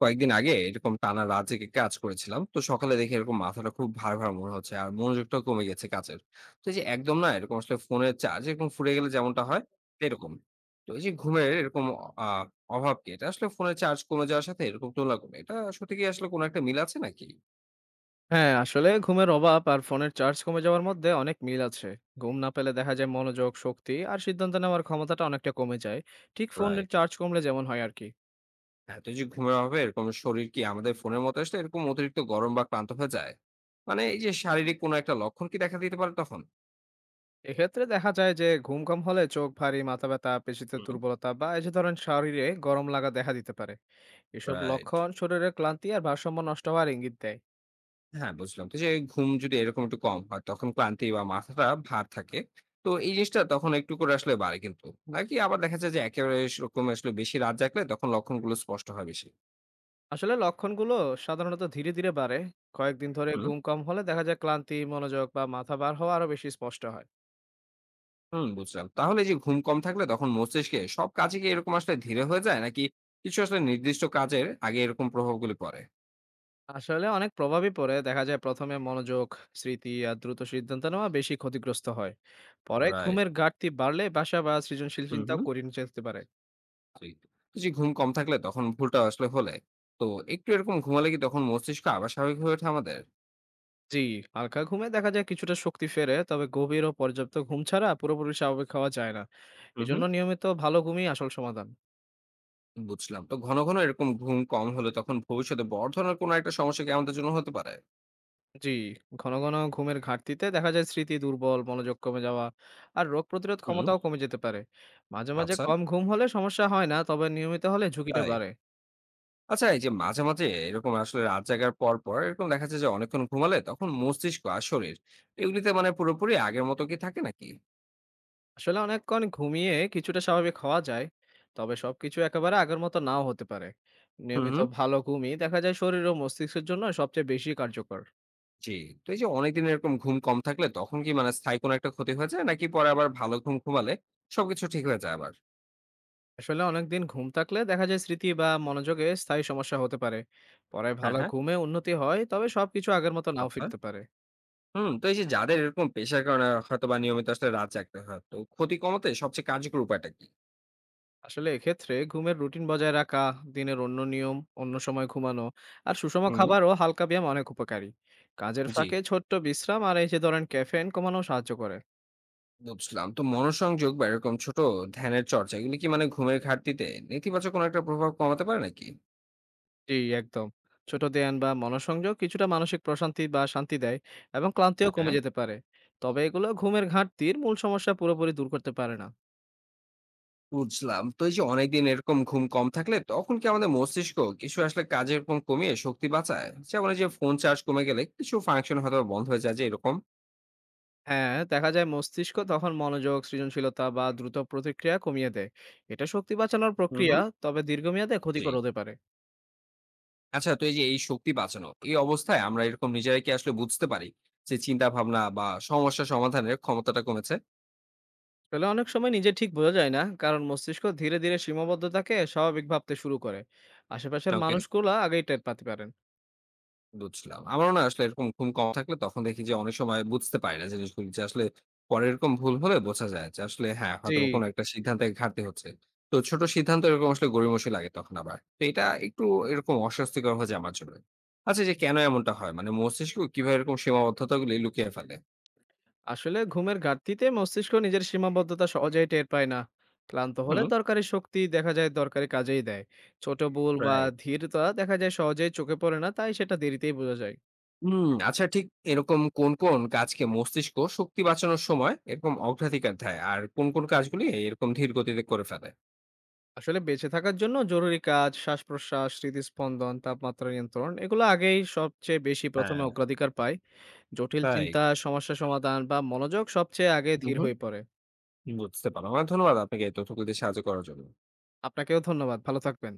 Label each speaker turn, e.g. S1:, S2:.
S1: কয়েকদিন আগে এরকম টানা রাত জেগে কাজ করেছিলাম, তো সকালে দেখি এরকম মাথাটা খুব ভার ভার মনে হচ্ছে আর মনোযোগটাও কমে গেছে কাজের। তো এই যে একদম না, এরকম আসলে ফোনের চার্জ এরকম ফুরিয়ে গেলে যেমনটা হয় এরকম। তো এই যে ঘুমের এরকম আহ অভাবকে এটা আসলে ফোনের চার্জ কমে যাওয়ার সাথে এরকম তুলনা করে, এটা সত্যি কি আসলে কোনো একটা মিল আছে নাকি?
S2: হ্যাঁ, আসলে ঘুমের অভাব আর ফোনের চার্জ কমে যাওয়ার মধ্যে অনেক মিল আছে। ঘুম না পেলে দেখা যায় মনোযোগ, শক্তি আর সিদ্ধান্ত নেওয়ার ক্ষমতাটা অনেকটা কমে যায়। ঠিক ফোনের
S1: রাইট।
S2: চার্জ কমলে যেমন হয় আরকি।
S1: হ্যাঁ, তো এই যে ঘুমের অভাবে এরকম শরীর কি আমাদের ফোনের মতো আসলে এরকম অতিরিক্ত গরম বা ক্লান্ত হয়ে যায়? মানে এই যে শারীরিক কোনো একটা লক্ষণ কি দেখা দিতে পারে তখন?
S2: এক্ষেত্রে দেখা যায় যে ঘুম কম হলে চোখ ভারী, মাথা ব্যথা, পেশিতে
S1: হুম।
S2: দুর্বলতা বা এই যে ধরেন শরীরে গরম লাগা দেখা দিতে পারে। এসব
S1: রাইট।
S2: লক্ষণ শরীরের ক্লান্তি আর ভারসাম্য নষ্ট হওয়ার ইঙ্গিত দেয়।
S1: হ্যাঁ, বুঝলাম। তো যে ঘুম যদি এরকম একটু কম হয়, তখন ক্লান্তি বা মাথাটা ভার থাকে। তো এই জিনিসটা তখন একটু করে আসলে বাড়ে কিন্তু। নাকি আবার দেখা যায় যে একেবারে সেরকম আসলে বেশি রাত জাগলে তখন লক্ষণগুলো স্পষ্ট হয় বেশি?
S2: আসলে লক্ষণগুলো সাধারণত ধীরে বাড়ে। কয়েকদিন ধরে
S1: হুম,
S2: ঘুম কম হলে দেখা যায় ক্লান্তি, মনোযোগ বা মাথা ভার হওয়া আরো বেশি স্পষ্ট হয়।
S1: হুম, বুঝলাম। তাহলে এই যে ঘুম কম থাকলে তখন মস্তিষ্কে সব কাজে কি এরকম আসলে ধীরে হয়ে যায়? নাকি কিছু আসলে নির্দিষ্ট কাজের আগে এরকম প্রভাবগুলি পড়ে?
S2: আসলে অনেক প্রভাবই পড়ে, দেখা যায় প্রথমে মনোযোগ, স্মৃতি আর দ্রুত সিদ্ধান্ত নেওয়া বেশি ক্ষতিগ্রস্ত হয়। পরে
S1: রাইট।
S2: ঘুমের ঘাটতি বাড়লে বাসা বা সৃজনশীল
S1: হুম,
S2: চিন্তাও
S1: হুম।
S2: করিয়ে যেতে পারে।
S1: জি। তো যে ঘুম কম থাকলে তখন ভুলটা আসলে হলে, তো একটু এরকম ঘুমালে কি তখন মস্তিষ্ক আবার স্বাভাবিক হয়ে ওঠে আমাদের?
S2: জি, হালকা ঘুমে দেখা যায় কিছুটা শক্তি ফেরে, তবে গভীর ও পর্যাপ্ত ঘুম ছাড়া পুরোপুরি স্বাভাবিক হওয়া যায় না।
S1: হুম,
S2: এজন্য
S1: হুম।
S2: নিয়মিত ভালো ঘুমই আসল সমাধান।
S1: বুঝলাম। তো ঘন, ঘন এরকম ঘুম কম হলে তখন ভবিষ্যতে বড় ধরনের কোনো একটা সমস্যা কি আমাদের জন্য হতে পারে?
S2: জি, ঘন ঘন ঘুমের ঘাটতিতে দেখা যায় স্মৃতি দুর্বল, মনোযোগ কমে যাওয়া আর রোগ প্রতিরোধ
S1: হুম,
S2: ক্ষমতাও কমে যেতে পারে। মাঝে মাঝে
S1: আচ্ছা।
S2: কম ঘুম হলে সমস্যা হয় না, তবে নিয়মিত হলে ঝুঁকিটা
S1: তাই?
S2: বাড়ে।
S1: আচ্ছা, এই যে মাঝে, মাঝে এরকম আসলে রাত জাগার পর, পর এরকম দেখা যায় যে অনেকক্ষণ ঘুমালে তখন মস্তিষ্ক আর শরীর এগুলিতে মানে পুরোপুরি আগের মতো কি থাকে নাকি?
S2: আসলে অনেকক্ষণ ঘুমিয়ে কিছুটা স্বাভাবিক হওয়া যায়, তবে সবকিছু একেবারে আগের মতো নাও হতে পারে।
S1: হুম,
S2: নিয়মিত
S1: হুম।
S2: ভালো ঘুমই দেখা যায় শরীর ও মস্তিষ্কের জন্য সবচেয়ে বেশি কার্যকর।
S1: জি। তো এই যে অনেকদিন এরকম ঘুম কম থাকলে তখন কি মানে স্থায়ী কোনো একটা ক্ষতি হয়ে যায়? নাকি পরে আবার ভালো ঘুম ঘুমালে সবকিছু ঠিক হয়ে যায় আবার?
S2: আসলে অনেকদিন ঘুম থাকলে দেখা যায় স্মৃতি বা মনোযোগে স্থায়ী সমস্যা হতে পারে। পরে
S1: হ্যাঁ,
S2: ভালো
S1: হ্যাঁ।
S2: ঘুমে উন্নতি হয়, তবে সবকিছু আগের মতো নাও
S1: আচ্ছা।
S2: ফিরতে পারে।
S1: হুম, তো এই যে যাদের এরকম পেশার কারণে হয়তোবা নিয়মিত আসলে রাত জাগতে হয়, তো ক্ষতি কমাতে সবচেয়ে কার্যকর উপায়টা কি?
S2: আসলে এক্ষেত্রে ঘুমের রুটিন বজায় রাখা, দিনের অন্য নিয়ম, অন্য সময় ঘুমানো আর সুষম
S1: হুম,
S2: খাবার ও হালকা ব্যায়াম অনেক উপকারী। কাজের
S1: জি,
S2: ফাঁকে ছোট্ট বিশ্রাম আর এই যে ধরেন ক্যাফেইন কমানো সাহায্য করে।
S1: বুঝলাম। তো মনোসংযোগ বা এরকম ছোট ধ্যানের চর্চা এগুলি কি মানে ঘুমের ঘাটতিতে নেতিবাচক কোনো একটা প্রভাব কমাতে পারে নাকি?
S2: জি, একদম। ছোট ধ্যান বা মনঃসংযোগ কিছুটা মানসিক প্রশান্তি বা শান্তি দেয় এবং ক্লান্তিও আচ্ছা। কমে
S1: হ্যাঁ।
S2: যেতে পারে। তবে এগুলো ঘুমের ঘাটতির মূল সমস্যা পুরোপুরি দূর করতে পারে না।
S1: বুঝলাম। তো এই যে অনেকদিন এরকম ঘুম কম থাকলে তখন কি আমাদের মস্তিষ্ক কিছু আসলে কাজে এরকম কমিয়ে শক্তি বাঁচায়? যেমন এই যে ফোন চার্জ কমে গেলে কিছু ফাংশন হয়তো বন্ধ হয়ে যায় যে এরকম?
S2: হ্যাঁ, দেখা যায় মস্তিষ্ক তখন মনোযোগ, সৃজনশীলতা বা দ্রুত প্রতিক্রিয়া কমিয়ে দেয়। এটা শক্তি বাঁচানোর
S1: হুম,
S2: প্রক্রিয়া,
S1: হুম।
S2: তবে দীর্ঘমেয়াদে
S1: জি।
S2: ক্ষতিকর হতে পারে।
S1: আচ্ছা, তো এই যে এই শক্তি বাঁচানো, এই অবস্থায় আমরা এরকম নিজেরাই কি আসলে বুঝতে পারি যে চিন্তা ভাবনা বা সমস্যা সমাধানের ক্ষমতাটা কমেছে?
S2: আসলে অনেক সময় নিজে ঠিক বোঝা যায় না, কারণ মস্তিষ্ক ধীরে ধীরে সীমাবদ্ধতাকে স্বাভাবিক ভাবতে শুরু করে। আশেপাশের
S1: ওকে।
S2: মানুষগুলা আগেই টের পেতে পারেন।
S1: বুঝলাম। আমারও না আসলে এরকম ঘুম কম থাকলে তখন দেখি যে অনেক সময় বুঝতে পারি না জিনিসগুলি, যে আসলে পরে এরকম ভুল হলে বোঝা যায় যে আসলে হ্যাঁ,
S2: জি।
S1: হয়তোবা কোনো একটা সিদ্ধান্তে ঘাটতি হচ্ছে। তো ছোট সিদ্ধান্ত এরকম আসলে গড়িমসি লাগে তখন আবার। তো এটা একটু এরকম অস্বস্তিকর হয়ে যায় আমার জন্য। আচ্ছা, যে কেন এমনটা হয়? মানে মস্তিষ্ক কিভাবে এরকম সীমাবদ্ধতাগুলি লুকিয়ে ফেলে?
S2: আসলে ঘুমের ঘাটতিতে মস্তিষ্ক নিজের সীমাবদ্ধতা সহজেই টের পায় না। ক্লান্ত হলে
S1: হুম।
S2: দরকারি শক্তি দেখা যায় দরকারি কাজেই দেয়। ছোট ভুল বা
S1: রাইট।
S2: ধীরতা দেখা যায় সহজেই চোখে পড়ে না, তাই সেটা দেরিতেই বোঝা যায়।
S1: হুম, আচ্ছা, ঠিক এরকম কোন, কোন কাজকে মস্তিষ্ক শক্তি বাঁচানোর সময় এরকম অগ্রাধিকার দেয়? আর কোন, কোন কাজগুলি এরকম ধীর গতিতে করে ফেলে?
S2: আসলে বেঁচে থাকার জন্য জরুরি কাজ, শ্বাস প্রশ্বাস, হৃদস্পন্দন, তাপমাত্রা নিয়ন্ত্রণ, এগুলো আগেই সবচেয়ে বেশি প্রথমে
S1: হ্যাঁ।
S2: অগ্রাধিকার পায়। জটিল
S1: তাই?
S2: চিন্তা, সমস্যা সমাধান বা মনোযোগ সবচেয়ে আগে ধীর
S1: উহু।
S2: হয়ে পড়ে।
S1: বুঝতে পারলাম। অনেক ধন্যবাদ আপনাকে এই তথ্যগুলো দিয়ে সাহায্য করার জন্য।
S2: আপনাকেও ধন্যবাদ, ভালো থাকবেন।